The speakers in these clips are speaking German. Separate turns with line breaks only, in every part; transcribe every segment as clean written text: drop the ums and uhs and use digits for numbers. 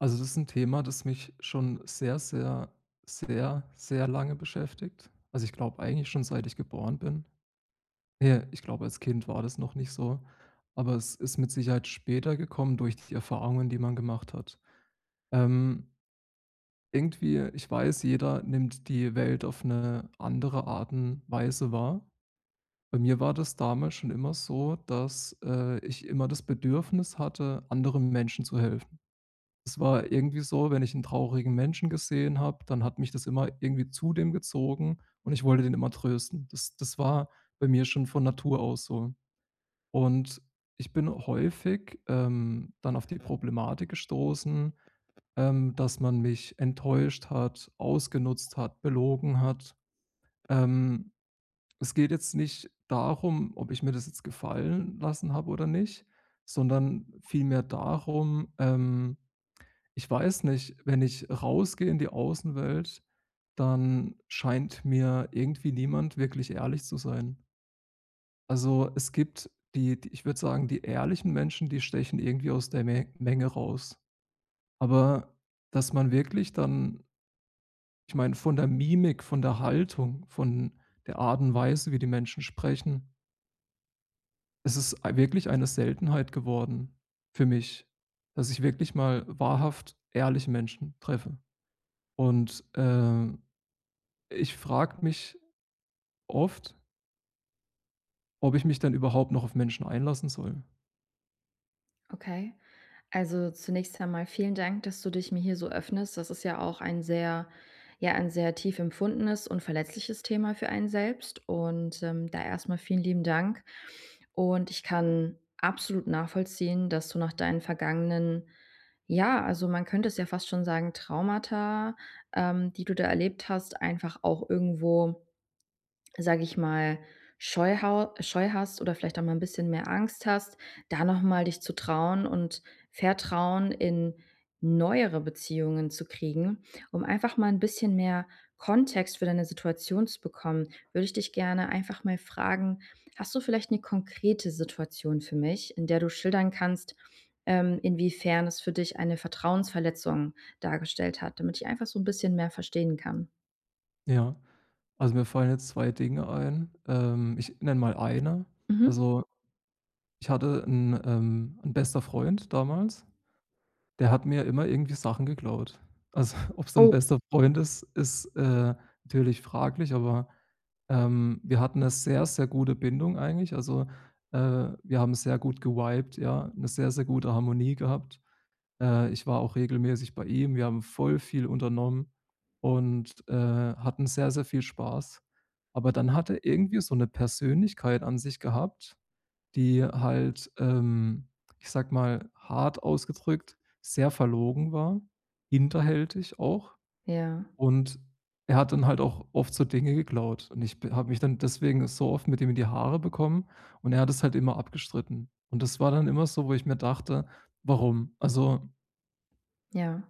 Also, das ist ein Thema, das mich schon sehr, sehr, sehr, sehr lange beschäftigt. Also, ich glaube eigentlich schon seit ich geboren bin. Ne, ich glaube, als Kind war das noch nicht so, aber es ist mit Sicherheit später gekommen durch die Erfahrungen, die man gemacht hat. Ähm, irgendwie ich weiß, jeder nimmt die Welt auf eine andere Art und Weise wahr. Bei mir war das damals schon immer so, dass, ich immer das Bedürfnis hatte, anderen Menschen zu helfen. Es war irgendwie so, wenn ich 'n traurigen Menschen gesehen habe, dann hat mich das immer irgendwie zu dem gezogen und ich wollte den immer trösten. Das war bei mir schon von Natur aus so. Und ich bin häufig, dann auf die Problematik gestoßen, dass man mich enttäuscht hat, ausgenutzt hat, belogen hat. Ähm, Es geht jetzt nicht darum, ob ich mir das jetzt gefallen lassen habe oder nicht, sondern vielmehr darum, ich weiß nicht, wenn ich rausgehe in die Außenwelt, dann scheint mir irgendwie niemand wirklich ehrlich zu sein. Also, es gibt die, ich würde sagen, die ehrlichen Menschen, die stechen irgendwie aus der Me Menge raus. Aber dass man wirklich dann, ich meine, von der Mimik, von der Haltung, von der Art und Weise, wie die Menschen sprechen, es ist ei wirklich eine Seltenheit geworden für mich, dass ich wirklich mal wahrhaft ehrliche Menschen treffe. Und, ich frage mich oft, ob ich mich dann überhaupt noch auf Menschen einlassen soll.
Okay. Also zunächst einmal vielen Dank, dass du dich mir hier so öffnest. Das ist ja auch ein sehr, ja, ein sehr tief empfundenes und verletzliches Thema für einen selbst. Und da erstmal vielen lieben Dank. Und ich kann absolut nachvollziehen, dass du nach deinen vergangenen, ja, also man könnte es ja fast schon sagen, Traumata, die du da erlebt hast, einfach auch irgendwo sage ich mal, Scheu hast oder vielleicht auch mal ein bisschen mehr Angst hast, da noch mal dich zu trauen und Vertrauen in neuere Beziehungen zu kriegen. Um einfach mal ein bisschen mehr Kontext für deine Situation zu bekommen, würde ich dich gerne einfach mal fragen: Hast du vielleicht eine konkrete Situation für mich, in der du schildern kannst, inwiefern es für dich eine Vertrauensverletzung dargestellt hat, damit ich einfach so ein bisschen mehr verstehen kann?
Ja, also mir fallen jetzt 2 Dinge ein. Ich nenne mal eine.
Mhm.
Also, ich hatte einen 'n bester Freund damals, der hat mir immer irgendwie Sachen geklaut. Also, ob es dann ein
Oh.
bester Freund ist, ist, natürlich fraglich, aber, wir hatten eine sehr, sehr gute Bindung eigentlich. Also, wir haben sehr gut gewiped, ja, eine sehr, sehr gute Harmonie gehabt. Ich war auch regelmäßig bei ihm. Wir haben voll viel unternommen und, hatten sehr, sehr viel Spaß. Aber dann hat er irgendwie so eine Persönlichkeit an sich gehabt, die halt, ich sag mal, hart ausgedrückt, sehr verlogen war, hinterhältig auch.
Ja,
Und er hat dann halt auch oft so Dinge geklaut. Und ich habe mich dann deswegen so oft mit ihm in die Haare bekommen und er hat es halt immer abgestritten. Und das war dann immer so, wo ich mir dachte: „Warum?" Also
ja.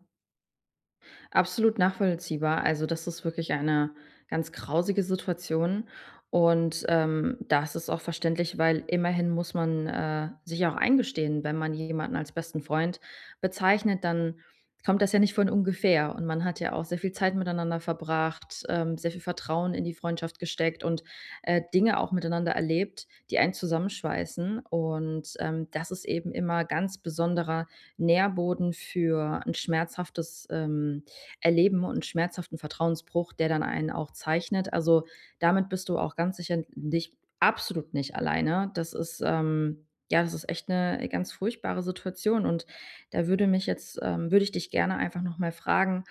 Absolut nachvollziehbar. Also, das ist wirklich eine ganz grausige Situation und, das ist auch verständlich, weil immerhin muss man, sich auch eingestehen, wenn man jemanden als besten Freund bezeichnet, dann kommt das ja nicht von ungefähr und man hat ja auch sehr viel Zeit miteinander verbracht, sehr viel Vertrauen in die Freundschaft gesteckt und, Dinge auch miteinander erlebt, die einen zusammenschweißen und, das ist eben immer ganz besonderer Nährboden für ein schmerzhaftes, Erleben und schmerzhaften Vertrauensbruch, der dann einen auch zeichnet. Also, damit bist du auch ganz sicher nicht, absolut nicht alleine. Das ist, ja, das ist echt eine ganz furchtbare Situation und da würde mich jetzt würde ich dich gerne einfach noch mal fragen,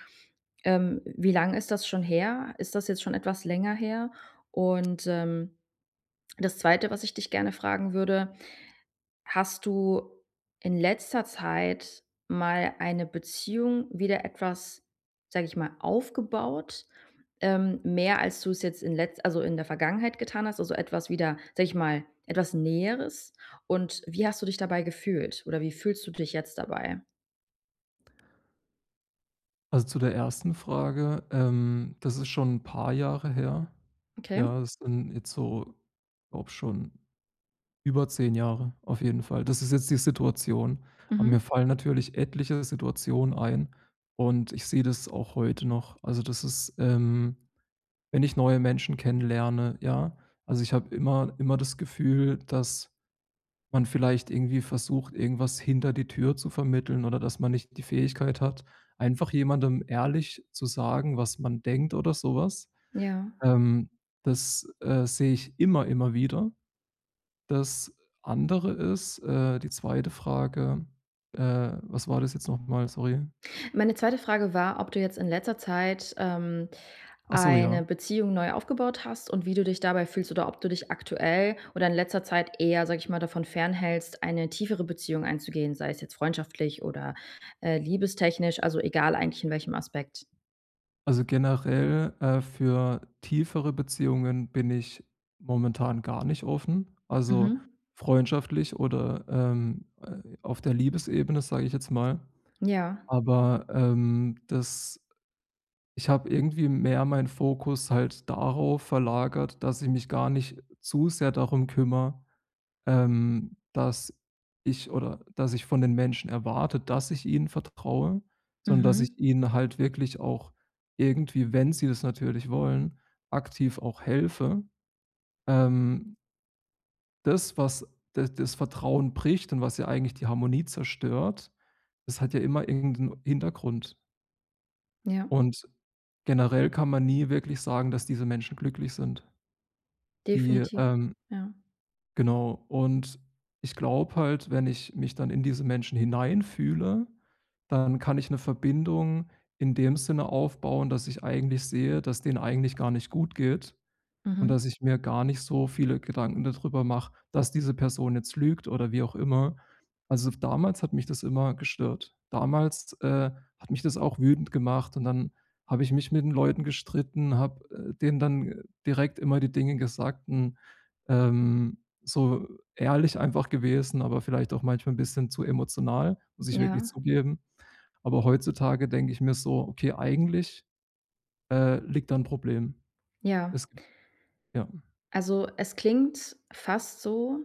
wie lang ist das schon her? Ist das jetzt schon etwas länger her? Und, das Zweite, was ich dich gerne fragen würde: Hast du in letzter Zeit mal eine Beziehung wieder etwas, sage ich mal, aufgebaut, mehr als du es jetzt in letz also, in der Vergangenheit getan hast, also, etwas wieder, sage ich mal, etwas Näheres? Und wie hast du dich dabei gefühlt oder wie fühlst du dich jetzt dabei?
Also, zu der ersten Frage, das ist schon ein paar Jahre her.
Okay.
Ja, das sind jetzt so, glaube schon über 10 Jahre auf jeden Fall. Das ist jetzt die Situation. Aber
Mhm.
mir fallen natürlich etliche Situationen ein und ich sehe das auch heute noch. Also, das ist, wenn ich neue Menschen kennenlerne, ja, also, ich habe immer das Gefühl, dass man vielleicht irgendwie versucht, irgendwas hinter die Tür zu vermitteln oder dass man nicht die Fähigkeit hat, einfach jemandem ehrlich zu sagen, was man denkt oder sowas.
Ja.
Ähm, Das, sehe ich immer, immer wieder. Das andere ist, die zweite Frage, was war das jetzt noch mal? Sorry.
Meine zweite Frage war, ob du jetzt in letzter Zeit,
Ach so, ja.
eine Beziehung neu aufgebaut hast und wie du dich dabei fühlst oder ob du dich aktuell oder in letzter Zeit eher, sage ich mal, davon fernhältst, eine tiefere Beziehung einzugehen, sei es jetzt freundschaftlich oder, liebestechnisch, also egal eigentlich in welchem Aspekt.
Also, generell, für tiefere Beziehungen bin ich momentan gar nicht offen. Also,
Mhm.
freundschaftlich oder, auf der Liebesebene, sage ich jetzt mal.
Ja.
Aber, das ich habe irgendwie mehr meinen Fokus halt darauf verlagert, dass ich mich gar nicht zu sehr darum kümmere, dass ich oder dass ich von den Menschen erwarte, dass ich ihnen vertraue, sondern dass ich
Mhm.
ihnen halt wirklich auch irgendwie, wenn sie das natürlich wollen, aktiv auch helfe. Ähm, Das, was das Vertrauen bricht und was ja eigentlich die Harmonie zerstört, das hat ja immer irgendeinen Hintergrund.
Ja,
Und generell kann man nie wirklich sagen, dass diese Menschen glücklich sind. Die,
definitiv.
ähm
Ja.
Genau. Und ich glaube halt, wenn ich mich dann in diese Menschen hineinfühle, dann kann ich eine Verbindung in dem Sinne aufbauen, dass ich eigentlich sehe, dass denen eigentlich gar nicht gut geht und
Mhm.
dass ich mir gar nicht so viele Gedanken darüber mache, dass diese Person jetzt lügt oder wie auch immer. Also, damals hat mich das immer gestört. Damals, hat mich das auch wütend gemacht und dann habe ich mich mit den Leuten gestritten, habe, denen dann, direkt immer die Dinge gesagt und, so ehrlich einfach gewesen, aber vielleicht auch manchmal ein bisschen zu emotional, muss ich wirklich
Ja.
zugeben. Aber heutzutage denke ich mir so: „Okay, eigentlich, liegt da 'n Problem."
Ja.
Es gibt ja.
Also, es klingt fast so: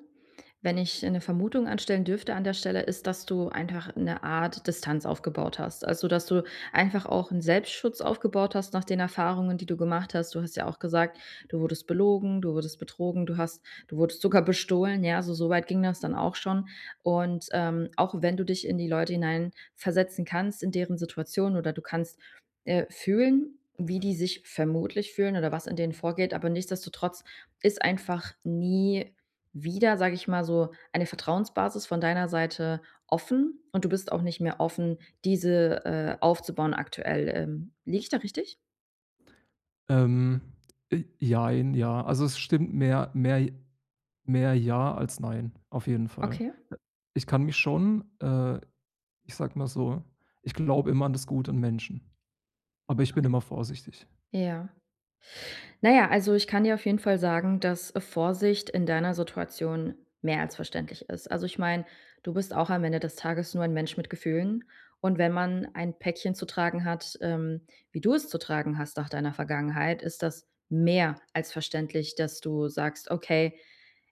Wenn ich eine Vermutung anstellen dürfte an der Stelle, ist, dass du einfach eine Art Distanz aufgebaut hast. Also, dass du einfach auch einen Selbstschutz aufgebaut hast nach den Erfahrungen, die du gemacht hast. Du hast ja auch gesagt, du wurdest belogen, du wurdest betrogen, du wurdest sogar bestohlen, ja, also, so weit ging das dann auch schon. Und, auch wenn du dich in die Leute hineinversetzen kannst, in deren Situation oder du kannst, fühlen, wie die sich vermutlich fühlen oder was in denen vorgeht, aber nichtsdestotrotz ist einfach nie wieder, sage ich mal, so eine Vertrauensbasis von deiner Seite offen und du bist auch nicht mehr offen, diese, aufzubauen aktuell. Liege ich da richtig?
Ähm, Jein, ja. Also, es stimmt mehr ja als nein, auf jeden Fall.
Okay,
Äh, Ich kann mich schon, ich sag mal so, ich glaube immer an das Gute in Menschen, aber ich bin
okay.
immer vorsichtig.
Ja. Na ja, also ich kann dir auf jeden Fall sagen, dass Vorsicht in deiner Situation mehr als verständlich ist. Also, ich meine, du bist auch am Ende des Tages nur ein Mensch mit Gefühlen und wenn man ein Päckchen zu tragen hat, wie du es zu tragen hast nach deiner Vergangenheit, ist das mehr als verständlich, dass du sagst: „Okay,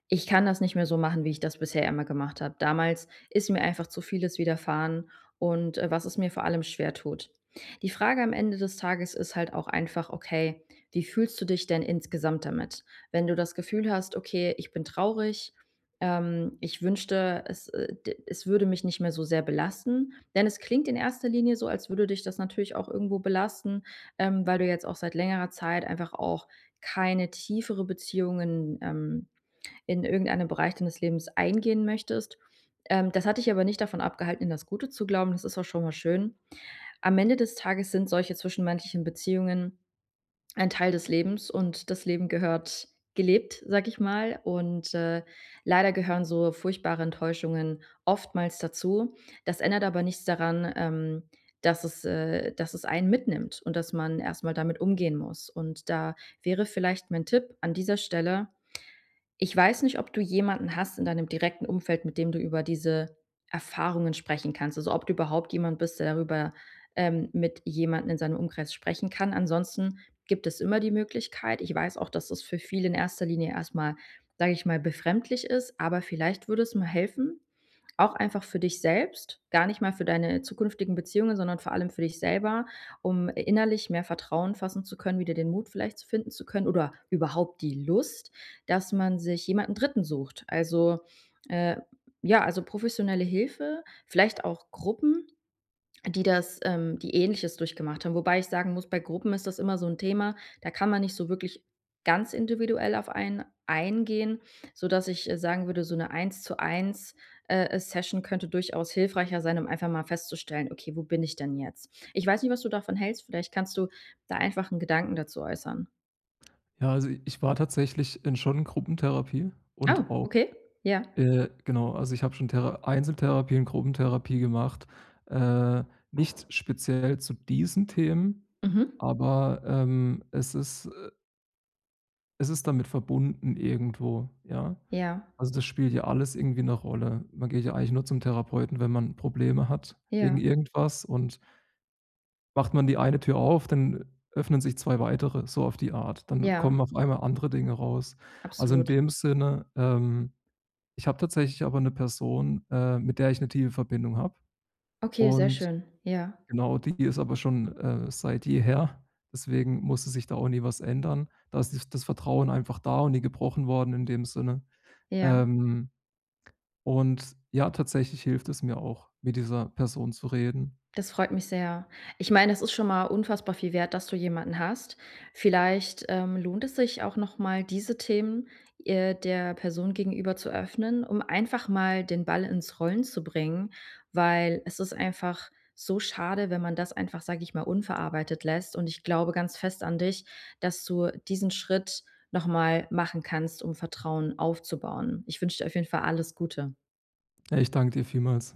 ich kann das nicht mehr so machen, wie ich das bisher immer gemacht habe. Damals ist mir einfach zu vieles widerfahren und, was es mir vor allem schwer tut. Die Frage am Ende des Tages ist halt auch einfach: Okay, wie fühlst du dich denn insgesamt damit?“ Wenn du das Gefühl hast: „Okay, ich bin traurig, ich wünschte, es würde mich nicht mehr so sehr belasten.“ Denn es klingt in erster Linie so, als würde dich das natürlich auch irgendwo belasten, weil du jetzt auch seit längerer Zeit einfach auch keine tiefere Beziehungen, in irgendeinem Bereich deines Lebens eingehen möchtest. Das hat dich aber nicht davon abgehalten, in das Gute zu glauben. Das ist auch schon mal schön. Am Ende des Tages sind solche zwischenmenschlichen Beziehungen ein Teil des Lebens und das Leben gehört gelebt, sag ich mal. Und leider gehören so furchtbare Enttäuschungen oftmals dazu. Das ändert aber nichts daran, dass, dass es einen mitnimmt und dass man erstmal damit umgehen muss. Und da wäre vielleicht mein Tipp an dieser Stelle: Ich weiß nicht, ob du jemanden hast in deinem direkten Umfeld, mit dem du über diese Erfahrungen sprechen kannst. Also, ob du überhaupt jemand bist, der darüber, mit jemandem in seinem Umkreis sprechen kann. Ansonsten gibt es immer die Möglichkeit. Ich weiß auch, dass das für viele in erster Linie erstmal, sage ich mal, befremdlich ist, aber vielleicht würde es mal helfen, auch einfach für dich selbst, gar nicht mal für deine zukünftigen Beziehungen, sondern vor allem für dich selber, um innerlich mehr Vertrauen fassen zu können, wieder den Mut vielleicht zu finden zu können oder überhaupt die Lust, dass man sich jemanden Dritten sucht. Also, äh, ja, also professionelle Hilfe, vielleicht auch Gruppen, die Ähnliches durchgemacht haben. Wobei ich sagen muss, bei Gruppen ist das immer so ein Thema, da kann man nicht so wirklich ganz individuell auf einen eingehen, sodass ich, sagen würde, so 'ne 1:1, Session könnte durchaus hilfreicher sein, um einfach mal festzustellen: „Okay, wo bin ich denn jetzt?“ Ich weiß nicht, was du davon hältst, vielleicht kannst du da einfach einen Gedanken dazu äußern.
Ja, also, ich war tatsächlich in schon Gruppentherapie
Oh,
und auch,
okay. Ja.
genau, also, ich habe schon Thera Einzeltherapie und Gruppentherapie gemacht, äh, nicht speziell zu diesen Themen,
Mhm.
aber, es ist damit verbunden irgendwo, ja?
Ja.
Also, das spielt ja alles irgendwie 'ne Rolle. Man geht ja eigentlich nur zum Therapeuten, wenn man Probleme hat wegen
Ja,
irgendwas, und macht man die eine Tür auf, dann öffnen sich 2 weitere, so auf die Art. Dann
ja,
kommen auf einmal andere Dinge raus. Also, in
absolut.
dem Sinne, ich habe tatsächlich aber 'ne Person, mit der ich 'ne tiefe Verbindung habe,
Okay, sehr
und
schön. Ja,
genau, die ist aber schon, seit jeher, deswegen musste sich da auch nie was ändern. Da ist dies das Vertrauen einfach da und nie gebrochen worden in dem Sinne.
ja.
Ähm, und ja, tatsächlich hilft es mir auch, mit dieser Person zu reden.
Das freut mich sehr. Ich meine, das ist schon mal unfassbar viel wert, dass du jemanden hast. Vielleicht, lohnt es sich auch noch mal, diese Themen, der Person gegenüber zu öffnen, um einfach mal den Ball ins Rollen zu bringen, weil es ist einfach so schade, wenn man das einfach, sage ich mal, unverarbeitet lässt. Und ich glaube ganz fest an dich, dass du diesen Schritt noch mal machen kannst, um Vertrauen aufzubauen. Ich wünsche dir auf jeden Fall alles Gute.
Ey, ich danke dir vielmals.